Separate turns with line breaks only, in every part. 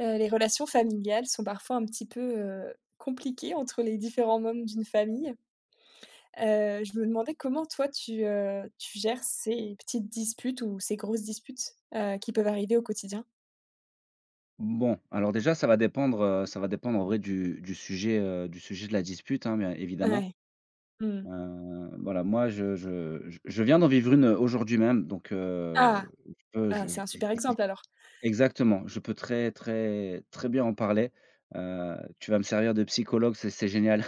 Les relations familiales sont parfois un petit peu, compliquées entre les différents membres d'une famille. Je me demandais comment toi tu gères ces petites disputes ou ces grosses disputes, qui peuvent arriver au quotidien?
Bon, alors déjà, ça va dépendre en vrai du sujet, du sujet de la dispute, hein, bien évidemment.
Ouais. Mmh.
Voilà, moi, je viens d'en vivre une, aujourd'hui même, donc
Ah!
je peux
Ah, c'est un super
je
exemple alors.
exactement, je peux très, très, très bien en parler. Tu vas me servir de psychologue, c'est génial.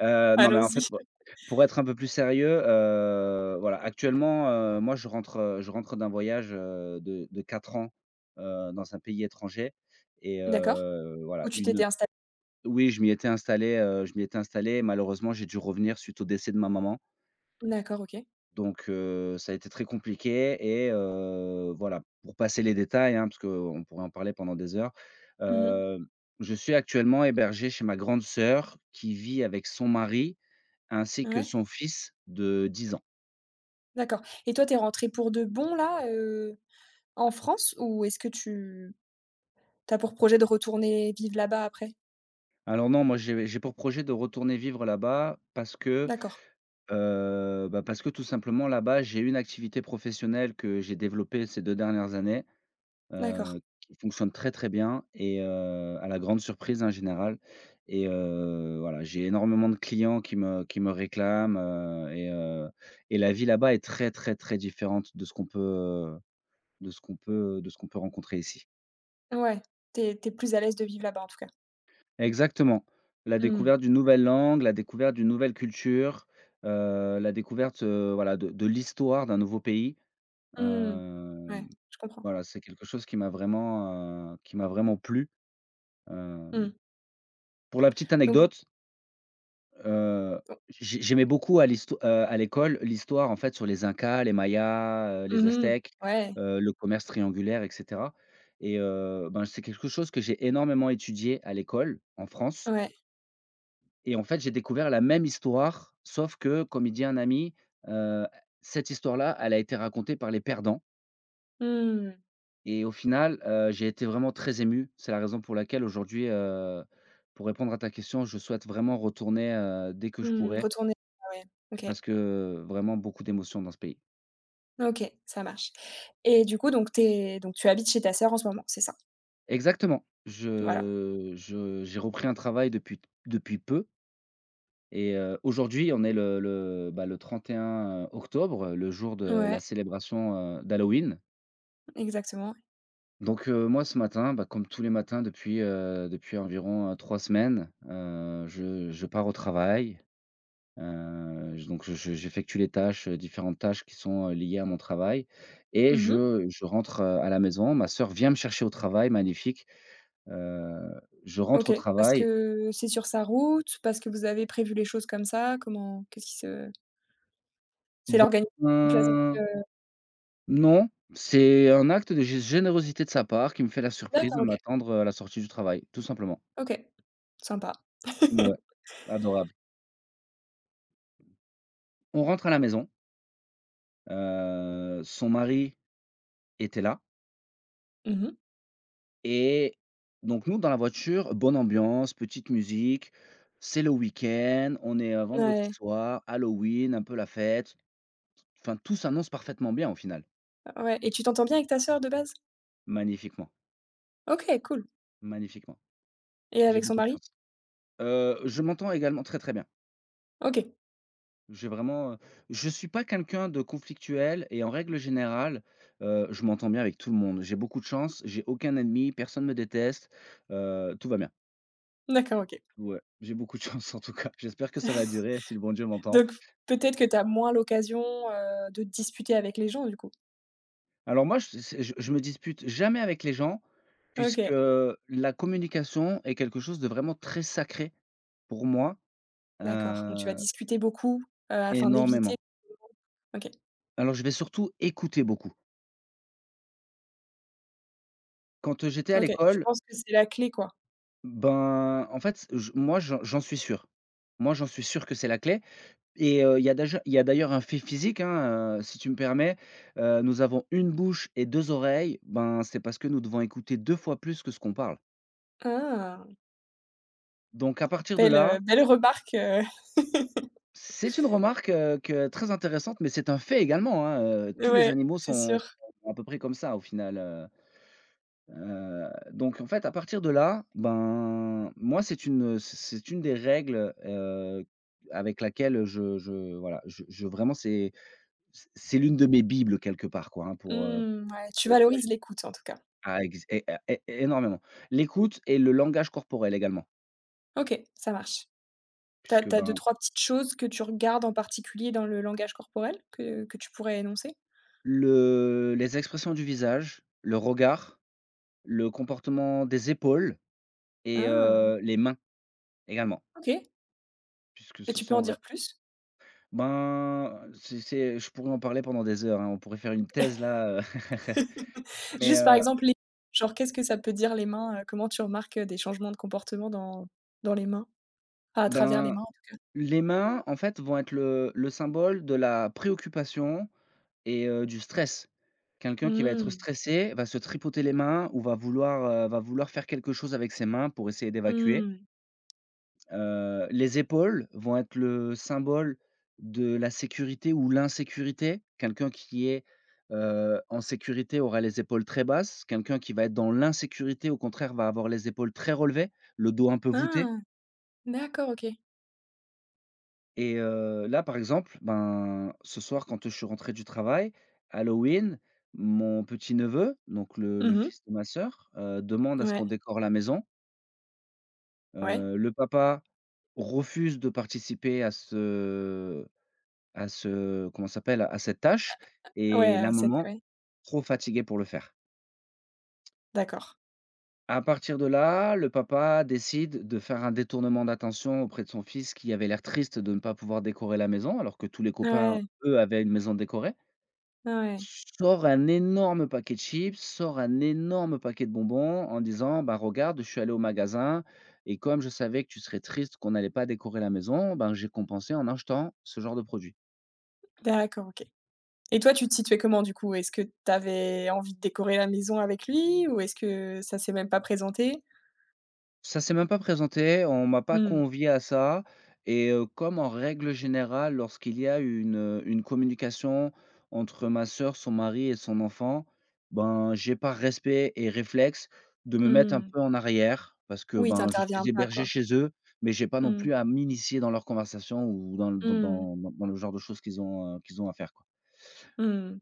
Non mais en fait,
Allons-y.
bah, pour être un peu plus sérieux, voilà, actuellement, moi je rentre d'un voyage, de 4 ans, dans un pays étranger et
D'accord.
voilà,
Où tu
une
t'étais installé.
oui, je m'y étais installé. Malheureusement, j'ai dû revenir suite au décès de ma maman,
D'accord, OK.
donc ça a été très compliqué et voilà, pour passer les détails, hein, parce qu'on pourrait en parler pendant des heures,
Mmh.
heu, je suis actuellement hébergé chez ma grande sœur qui vit avec son mari ainsi que
Ouais,
son fils de 10 ans.
d'accord, et toi, t'es rentré pour de bon là, en France, ou est-ce que tu as pour projet de retourner vivre là-bas après?
Alors non, moi j'ai pour projet de retourner vivre là-bas
D'accord,
bah, parce que tout simplement là-bas, j'ai une activité professionnelle que j'ai développée ces 2 dernières années,
d'accord.
qui fonctionne très, très bien et à la grande surprise, hein, général. Et voilà, j'ai énormément de clients qui me réclament, et la vie là-bas est très, très, très différente de ce qu'on peut rencontrer ici.
Ouais, t'es plus à l'aise de vivre là-bas, en tout cas?
Exactement. La
Mmh.
découverte d'une nouvelle langue, la découverte d'une nouvelle culture, la découverte, voilà, de l'histoire d'un nouveau pays.
Mmh. Ouais,
Hem,
je comprends.
voilà, c'est quelque chose qui m'a vraiment plu. Hem,
Mmh.
pour la petite
Donc
anecdote, heu, j'aimais beaucoup à l'école, l'histoire, en fait, sur les Incas, les Mayas, les
mmh.
Aztèques,
Ouais,
le commerce triangulaire et cetera, et ben, c'est quelque chose que j'ai énormément étudié à l'école en France.
ouais.
Et en fait, j'ai découvert la même histoire, sauf que, comme il dit un ami, heu, cette histoire-là, elle a été racontée par les perdants
Mmh.
et au final, j'ai été vraiment très ému. C'est la raison pour laquelle aujourd'hui, pour répondre à ta question, je souhaite vraiment retourner, dès que je
Mmh.
pourrai,
Retourner Ah, ouais. OK.
parce que vraiment beaucoup d'émotions dans ce pays.
OK, ça marche, et du coup, donc tu habites chez ta sœur en ce moment, c'est ça?
Exactement.
Voilà.
Je J'ai repris un travail depuis peu et aujourd'hui, on est bah, le 31 octobre, le jour de
Ouais,
la célébration, d'Halloween.
exactement.
Donc moi ce matin, bah, comme tous les matins depuis environ, 3 semaines, je pars au travail, je donc je j'effectue les tâches, différentes tâches qui sont, liées à mon travail et
Mmh.
je rentre, à la maison. Ma sœur vient me chercher au travail, magnifique, heu, je rentre au
OK. Parce
travail.
que c'est sur sa route? Parce que vous avez prévu les choses comme ça? Comment? Qu'est-ce qui se, c'est
Bon,
l'organisation classique?
ben, non, c'est un acte de gé générosité de sa part qui me fait la surprise de
D'accord, OK.
m'attendre à la sortie du travail, tout simplement.
OK. Sympa.
Ouais, adorable. On rentre à la maison. Son mari était là
Mmh.
et donc nous, dans la voiture, bonne ambiance, petite musique, c'est le week-end, on est, vendredi
Ouais.
soir, Halloween, un peu la fête. Enfin, tout s'annonce parfaitement bien au final.
Ouais, et tu t'entends bien avec ta sœur de base?
Magnifiquement,
OK, cool,
magnifiquement.
et
J'ai
avec son
beaucoup de
mari?
chance. Je m'entends également très, très bien.
OK.
J'ai vraiment, je suis pas quelqu'un de conflictuel et en règle générale, je m'entends bien avec tout le monde. J'ai beaucoup de chance, j'ai aucun ennemi, personne me déteste, tout va bien.
D'accord, OK.
Ouais, j'ai beaucoup de chance en tout cas. J'espère que ça va durer si le bon Dieu m'entend.
Donc peut-être que tu as moins l'occasion, de te disputer avec les gens du coup?
Alors moi, je c'est je me dispute jamais avec les gens, puisque
OK,
la communication est quelque chose de vraiment très sacré pour moi,
d'accord. Donc tu vas
heu,
discuter beaucoup, afin d'éviter.
énormément.
OK,
Alors je vais surtout écouter beaucoup. Quand, j'étais à
OK. Je
l'école,
pense que c'est la clé, quoi?
ben, en fait, je moi, j'en suis sûr. Moi, j'en suis sûr que c'est la clé. Et il y a d'ailleurs un fait physique, hein, si tu me permets. Nous avons une bouche et deux oreilles, ben, c'est parce que nous devons écouter 2 fois plus que ce qu'on parle.
Ah!
Donc à partir de
Belle,
là,
heu, belle remarque,
c'est une remarque, que très intéressante, mais c'est un fait également, hein, tous les
ouais,
animaux
c'est
sont
sûr.
sont à peu près comme ça au final. Heu, donc en fait à partir de là, ben, c'est une des règles, avec laquelle je voilà, je vraiment c'est l'une de mes bibles quelque part quoi, hein, pour,
Mmh, ouais, tu
Exagé
valorises l'écoute en tout cas.
ah ex é é énormément. L'écoute et le langage corporel également,
OK, ça marche. T'as
puisque
t'as deux
ben,
trois petites choses que tu regardes en particulier dans le langage corporel que tu pourrais énoncer?
le les expressions du visage, le regard, le comportement des épaules et
Ah!
les mains également,
OK.
puisque
Et
ce
tu peux
sont
en
vraim
dire plus?
ben, c'est je pourrais en parler pendant des heures, hein, on pourrait faire une thèse là, mais
Juste par exemple les genre, qu'est-ce que ça peut dire les mains, comment tu remarques, des changements de comportement dans les mains? Enfin, à travers les
ben,
mains?
les mains en fait vont être le symbole de la préoccupation et du stress. Quelqu'un qui va être
Mmh.
stressé va se tripoter les mains ou va vouloir faire quelque chose avec ses mains pour essayer d'évacuer.
Mmh.
Les épaules vont être le symbole de la sécurité ou l'insécurité. Quelqu'un qui est, en sécurité aura les épaules très basses. Quelqu'un qui va être dans l'insécurité, au contraire, va avoir les épaules très relevées, le dos un peu voûté.
Ah! D'accord, OK.
Et là, par exemple, ben, ce soir, quand je suis rentré du travail, Halloween, mon petit-neveu, donc le
Mmh.
fils de ma sœur, demande à ce
Ouais.
qu'on décore la maison.
Ouais.
Le papa refuse de participer à ce comment ça s'appelle? À cette tâche, et
Ouais,
la
cette
maman,
ouais.
trop fatiguée pour le faire.
D'accord.
À partir de là, le papa décide de faire un détournement d'attention auprès de son fils qui avait l'air triste de ne pas pouvoir décorer la maison alors que tous les copains,
Ouais.
eux, avaient une maison décorée.
Ouais.
Sort un énorme paquet de chips, sort un énorme paquet de bonbons en disant: «Bah, regarde, je suis allé au magasin et comme je savais que tu serais triste qu'on n'allait pas décorer la maison, ben, j'ai compensé en achetant ce genre de produit».
D'accord, OK. Et toi, tu te situais comment du coup? Est-ce que tu avais envie de décorer la maison avec lui, ou est-ce que ça s'est même pas présenté?
Ça s'est même pas présenté, on m'a pas
Mmh.
convié à ça et comme en règle générale, lorsqu'il y a une communication entre ma sœur, son mari et son enfant, ben, j'ai par respect et réflexe de me mettre un
Mmh.
peu en arrière parce que,
Oui,
ben, je
t'interviens
suis
pas,
hébergé
quoi.
chez eux, mais j'ai pas non
Mmh.
plus à m'initier dans leurs conversations ou dans le dans
Mmh.
dans dans le genre de choses qu'ils ont à faire.
Mmh.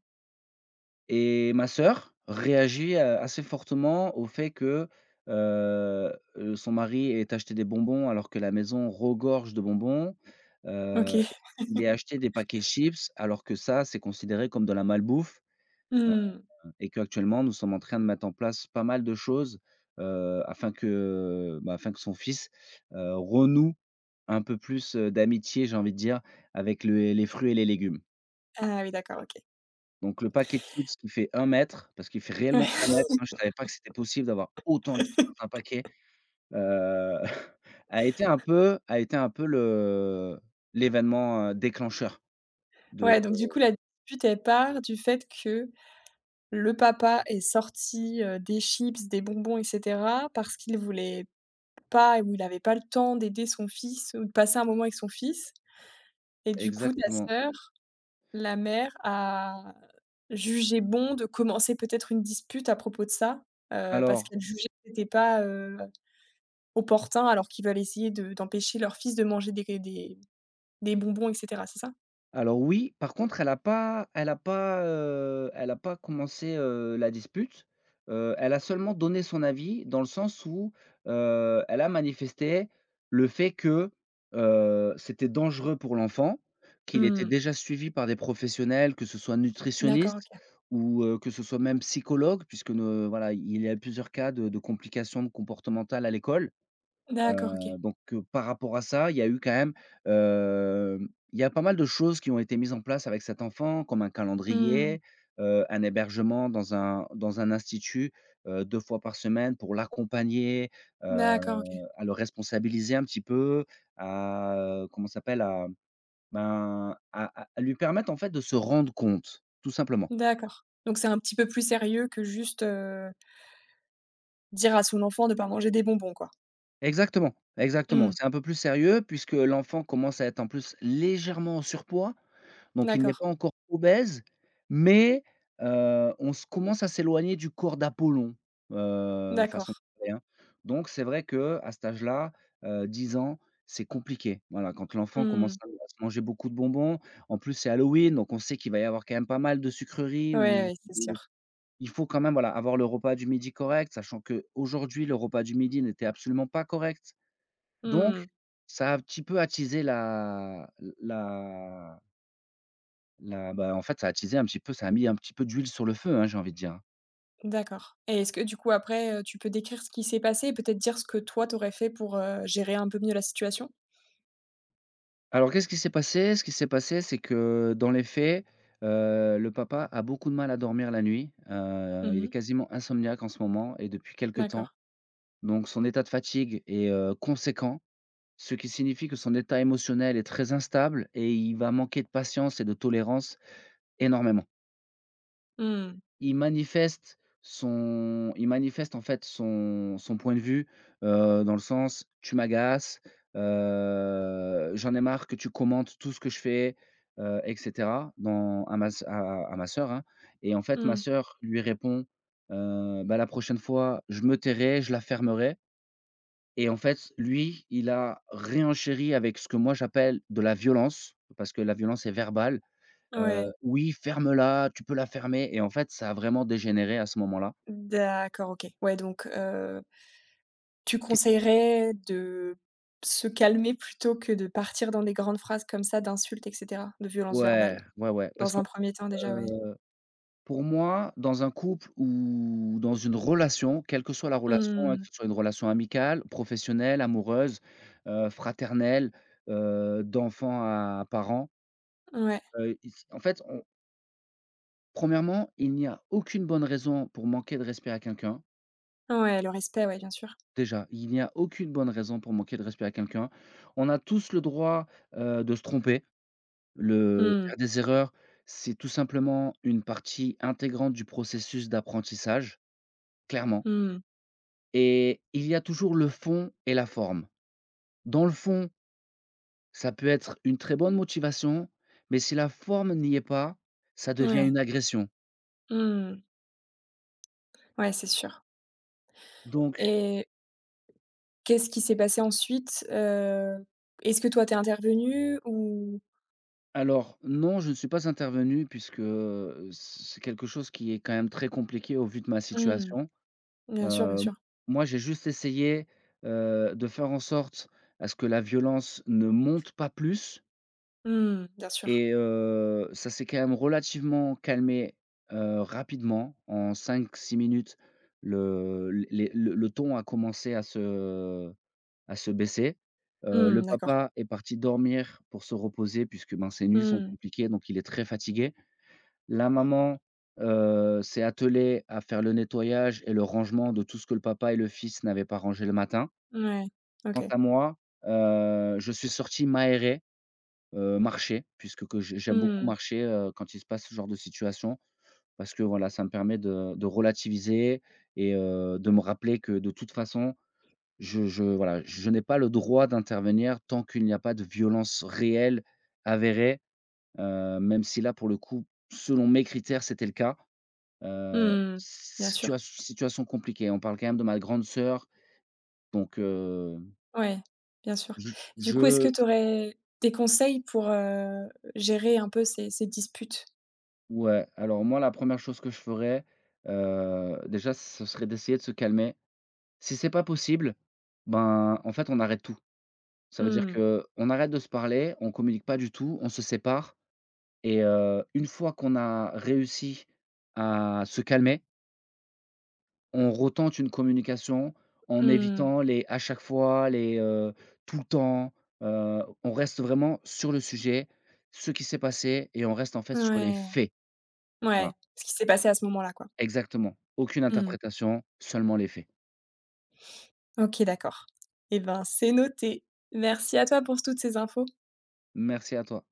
Et ma sœur réagit, assez fortement au fait que, heu son mari ait acheté des bonbons alors que la maison regorge de bonbons, heu,
OK.
il ait acheté des paquets chips alors que ça, c'est considéré comme de la malbouffe,
Mmh.
et qu'actuellement nous sommes en train de mettre en place pas mal de choses, bah, afin que son fils, renoue un peu plus, d'amitié, j'ai envie de dire, avec le les fruits et les légumes.
Ah oui, d'accord, OK.
Donc le paquet de chips qui fait un mètre, parce qu'il fait réellement
Ouais.
un mètre, hein, je savais pas que c'était possible d'avoir autant de chips dans un paquet, heu, a été un peu le l'événement, déclencheur de
Ouais, donc du coup, la dispute, elle part du fait que le papa est sorti, des chips, des bonbons et cetera, parce qu'il voulait pas ou il avait pas le temps d'aider son fils ou de passer un moment avec son fils, et du coup, ta
exactement.
sœur, la mère, a jugé bon de commencer peut-être une dispute à propos de ça, parce
Alors
qu'elle jugeait que c'était pas, opportun, alors qu'ils veulent essayer de d'empêcher leur fils de manger des bonbons et cetera, c'est ça?
Alors oui, par contre, elle a pas commencé, la dispute. Elle a seulement donné son avis dans le sens où, elle a manifesté le fait que, c'était dangereux pour l'enfant, qu'il était
Mmh.
déjà suivi par des professionnels, que ce soit
D'accord,
nutritionniste
OK.
ou, que ce soit même psychologue, puisque ne voilà, il y a plusieurs cas de complications comportementales à l'école.
D'accord, OK.
Donc par rapport à ça, il y a eu quand même, il y a pas mal de choses qui ont été mises en place avec cet enfant, comme un
Mmh.
calendrier, un hébergement dans un institut, 2 fois par semaine pour l'accompagner, heu,
D'accord, OK.
à le responsabiliser un petit peu, à, comment ça s'appelle? À, ben, à lui permettre en fait de se rendre compte, tout simplement.
D'accord. Donc c'est un petit peu plus sérieux que juste, dire à son enfant de pas manger des bonbons, quoi?
Exactement, exactement.
Mmh.
C'est un peu plus sérieux puisque l'enfant commence à être en plus légèrement en surpoids. Donc il n'est
D'accord,
pas encore obèse, mais on se commence à s'éloigner du corps d'Apollon, façon de
d'accord.
parler, hein. Donc c'est vrai que à cet âge-là, 10 ans, c'est compliqué. Voilà, quand l'enfant commence
Mmh.
à se manger beaucoup de bonbons, en plus c'est Halloween, donc on sait qu'il va y avoir quand même pas mal de sucreries
Ouais,
ou
ouais, c'est
de
sûr.
il faut quand même, voilà, avoir le repas du midi correct, sachant que aujourd'hui le repas du midi n'était absolument pas correct.
Mmh.
Donc ça a un petit peu attisé la la Là, bah, en fait, ça a attisé un petit peu, ça a mis un petit peu d'huile sur le feu, hein, j'ai envie de dire.
D'accord, et est-ce que du coup après, tu peux décrire ce qui s'est passé et peut-être dire ce que toi t'aurais fait pour, gérer un peu mieux la situation?
Alors qu'est-ce qui s'est passé? Ce qui s'est passé, c'est que dans les faits, le papa a beaucoup de mal à dormir la nuit. Il est
Mmh.
quasiment insomniaque en ce moment et depuis quelque
D'accord.
temps. Donc son état de fatigue est, conséquent, ce qui signifie que son état émotionnel est très instable et il va manquer de patience et de tolérance énormément.
Mmh.
Il manifeste, en fait, son point de vue, dans le sens: «Tu m'agaces, j'en ai marre que tu commentes tout ce que je fais», et cetera, dans à ma s à ma sœur, hein, et en fait, ma
Mmh.
sœur lui répond, «Bah, la prochaine fois, je me tairai, je la fermerai», et en fait, lui, il a réenchéri avec ce que moi, j'appelle de la violence, parce que la violence est verbale.
Ouais.
Oui, ferme-la, tu peux la fermer, et en fait, ça a vraiment dégénéré à ce moment-là.
D'accord, OK. Ouais donc, tu
Qu
conseillerais de se calmer plutôt que de partir dans des grandes phrases comme ça d'insultes et cetera, de violences verbales?
Ouais, ouais, ouais, parce
Dans
que,
un premier temps déjà, ouais.
heu, pour moi, dans un couple ou dans une relation, quelle que soit la relation, hein, que
Mmh.
ce soit une relation amicale, professionnelle, amoureuse, fraternelle, d'enfant à parent,
Ouais.
i en fait, on 1°, il n'y a aucune bonne raison pour manquer de respect à quelqu'un,
Ouais, le respect, ouais, bien sûr.
déjà. Il n'y a aucune bonne raison pour manquer de respect à quelqu'un. On a tous le droit, de se tromper. Le
Mmh.
faire des erreurs, c'est tout simplement une partie intégrante du processus d'apprentissage, clairement,
Mmh.
et il y a toujours le fond et la forme. Dans le fond, ça peut être une très bonne motivation, mais si la forme n'y est pas, ça devient
Ouais.
une agression.
Mmh. Ouais, c'est sûr.
Donc
Et qu'est-ce qui s'est passé ensuite? Est-ce que toi t'es intervenu ou?
alors non, je ne suis pas intervenu puisque, c'est quelque chose qui est quand même très compliqué au vu de ma
Mmh.
situation.
Bien sûr, bien
Heu,
sûr.
Moi, j'ai juste essayé, de faire en sorte à ce que la violence ne monte pas plus,
Mmh, bien sûr.
et ça s'est quand même relativement calmé, rapidement. En cinq-six minutes, le les le ton a commencé à se baisser. Le
Mmh, d'accord.
papa est parti dormir pour se reposer puisque, ben, ses nuits sont
Mmh.
compliquées, donc il est très fatigué. La maman, s'est attelée à faire le nettoyage et le rangement de tout ce que le papa et le fils n'avaient pas rangé le matin.
Ouais.
Quant
OK.
à moi, je suis sorti m'aérer, marcher, puisque que j'ai j'aime beaucoup
Mmh.
marcher, quand il se passe ce genre de situation, parce que voilà, ça me permet de relativiser, et de me rappeler que de toute façon, je voilà, je n'ai pas le droit d'intervenir tant qu'il n'y a pas de violence réelle, avérée, même si là, pour le coup, selon mes critères, c'était le cas.
Mmh. Bien sûr.
Situation compliquée. On parle quand même de ma grande sœur, donc
Ouais, bien sûr.
je
Du
je
coup, est-ce que tu aurais des conseils pour, gérer un peu ces disputes?
ouais, alors moi, la première chose que je ferais, déjà, ce serait d'essayer de se calmer. Si c'est pas possible, ben, en fait, on arrête tout. Ça veut dire
Mmh.
que on arrête de se parler, on communique pas du tout, on se sépare, et une fois qu'on a réussi à se calmer, on retente une communication en
Mmh.
évitant les à chaque fois, les, tout le temps, on reste vraiment sur le sujet, ce qui s'est passé, et on reste en fait sur les
Ouais.
faits. Voilà,
Ouais. Ce qui s'est passé à ce moment-là, quoi.
exactement. Aucune
Mmh.
interprétation, seulement les faits.
OK, d'accord. Et ben, c'est noté. Merci à toi pour toutes ces infos.
Merci à toi.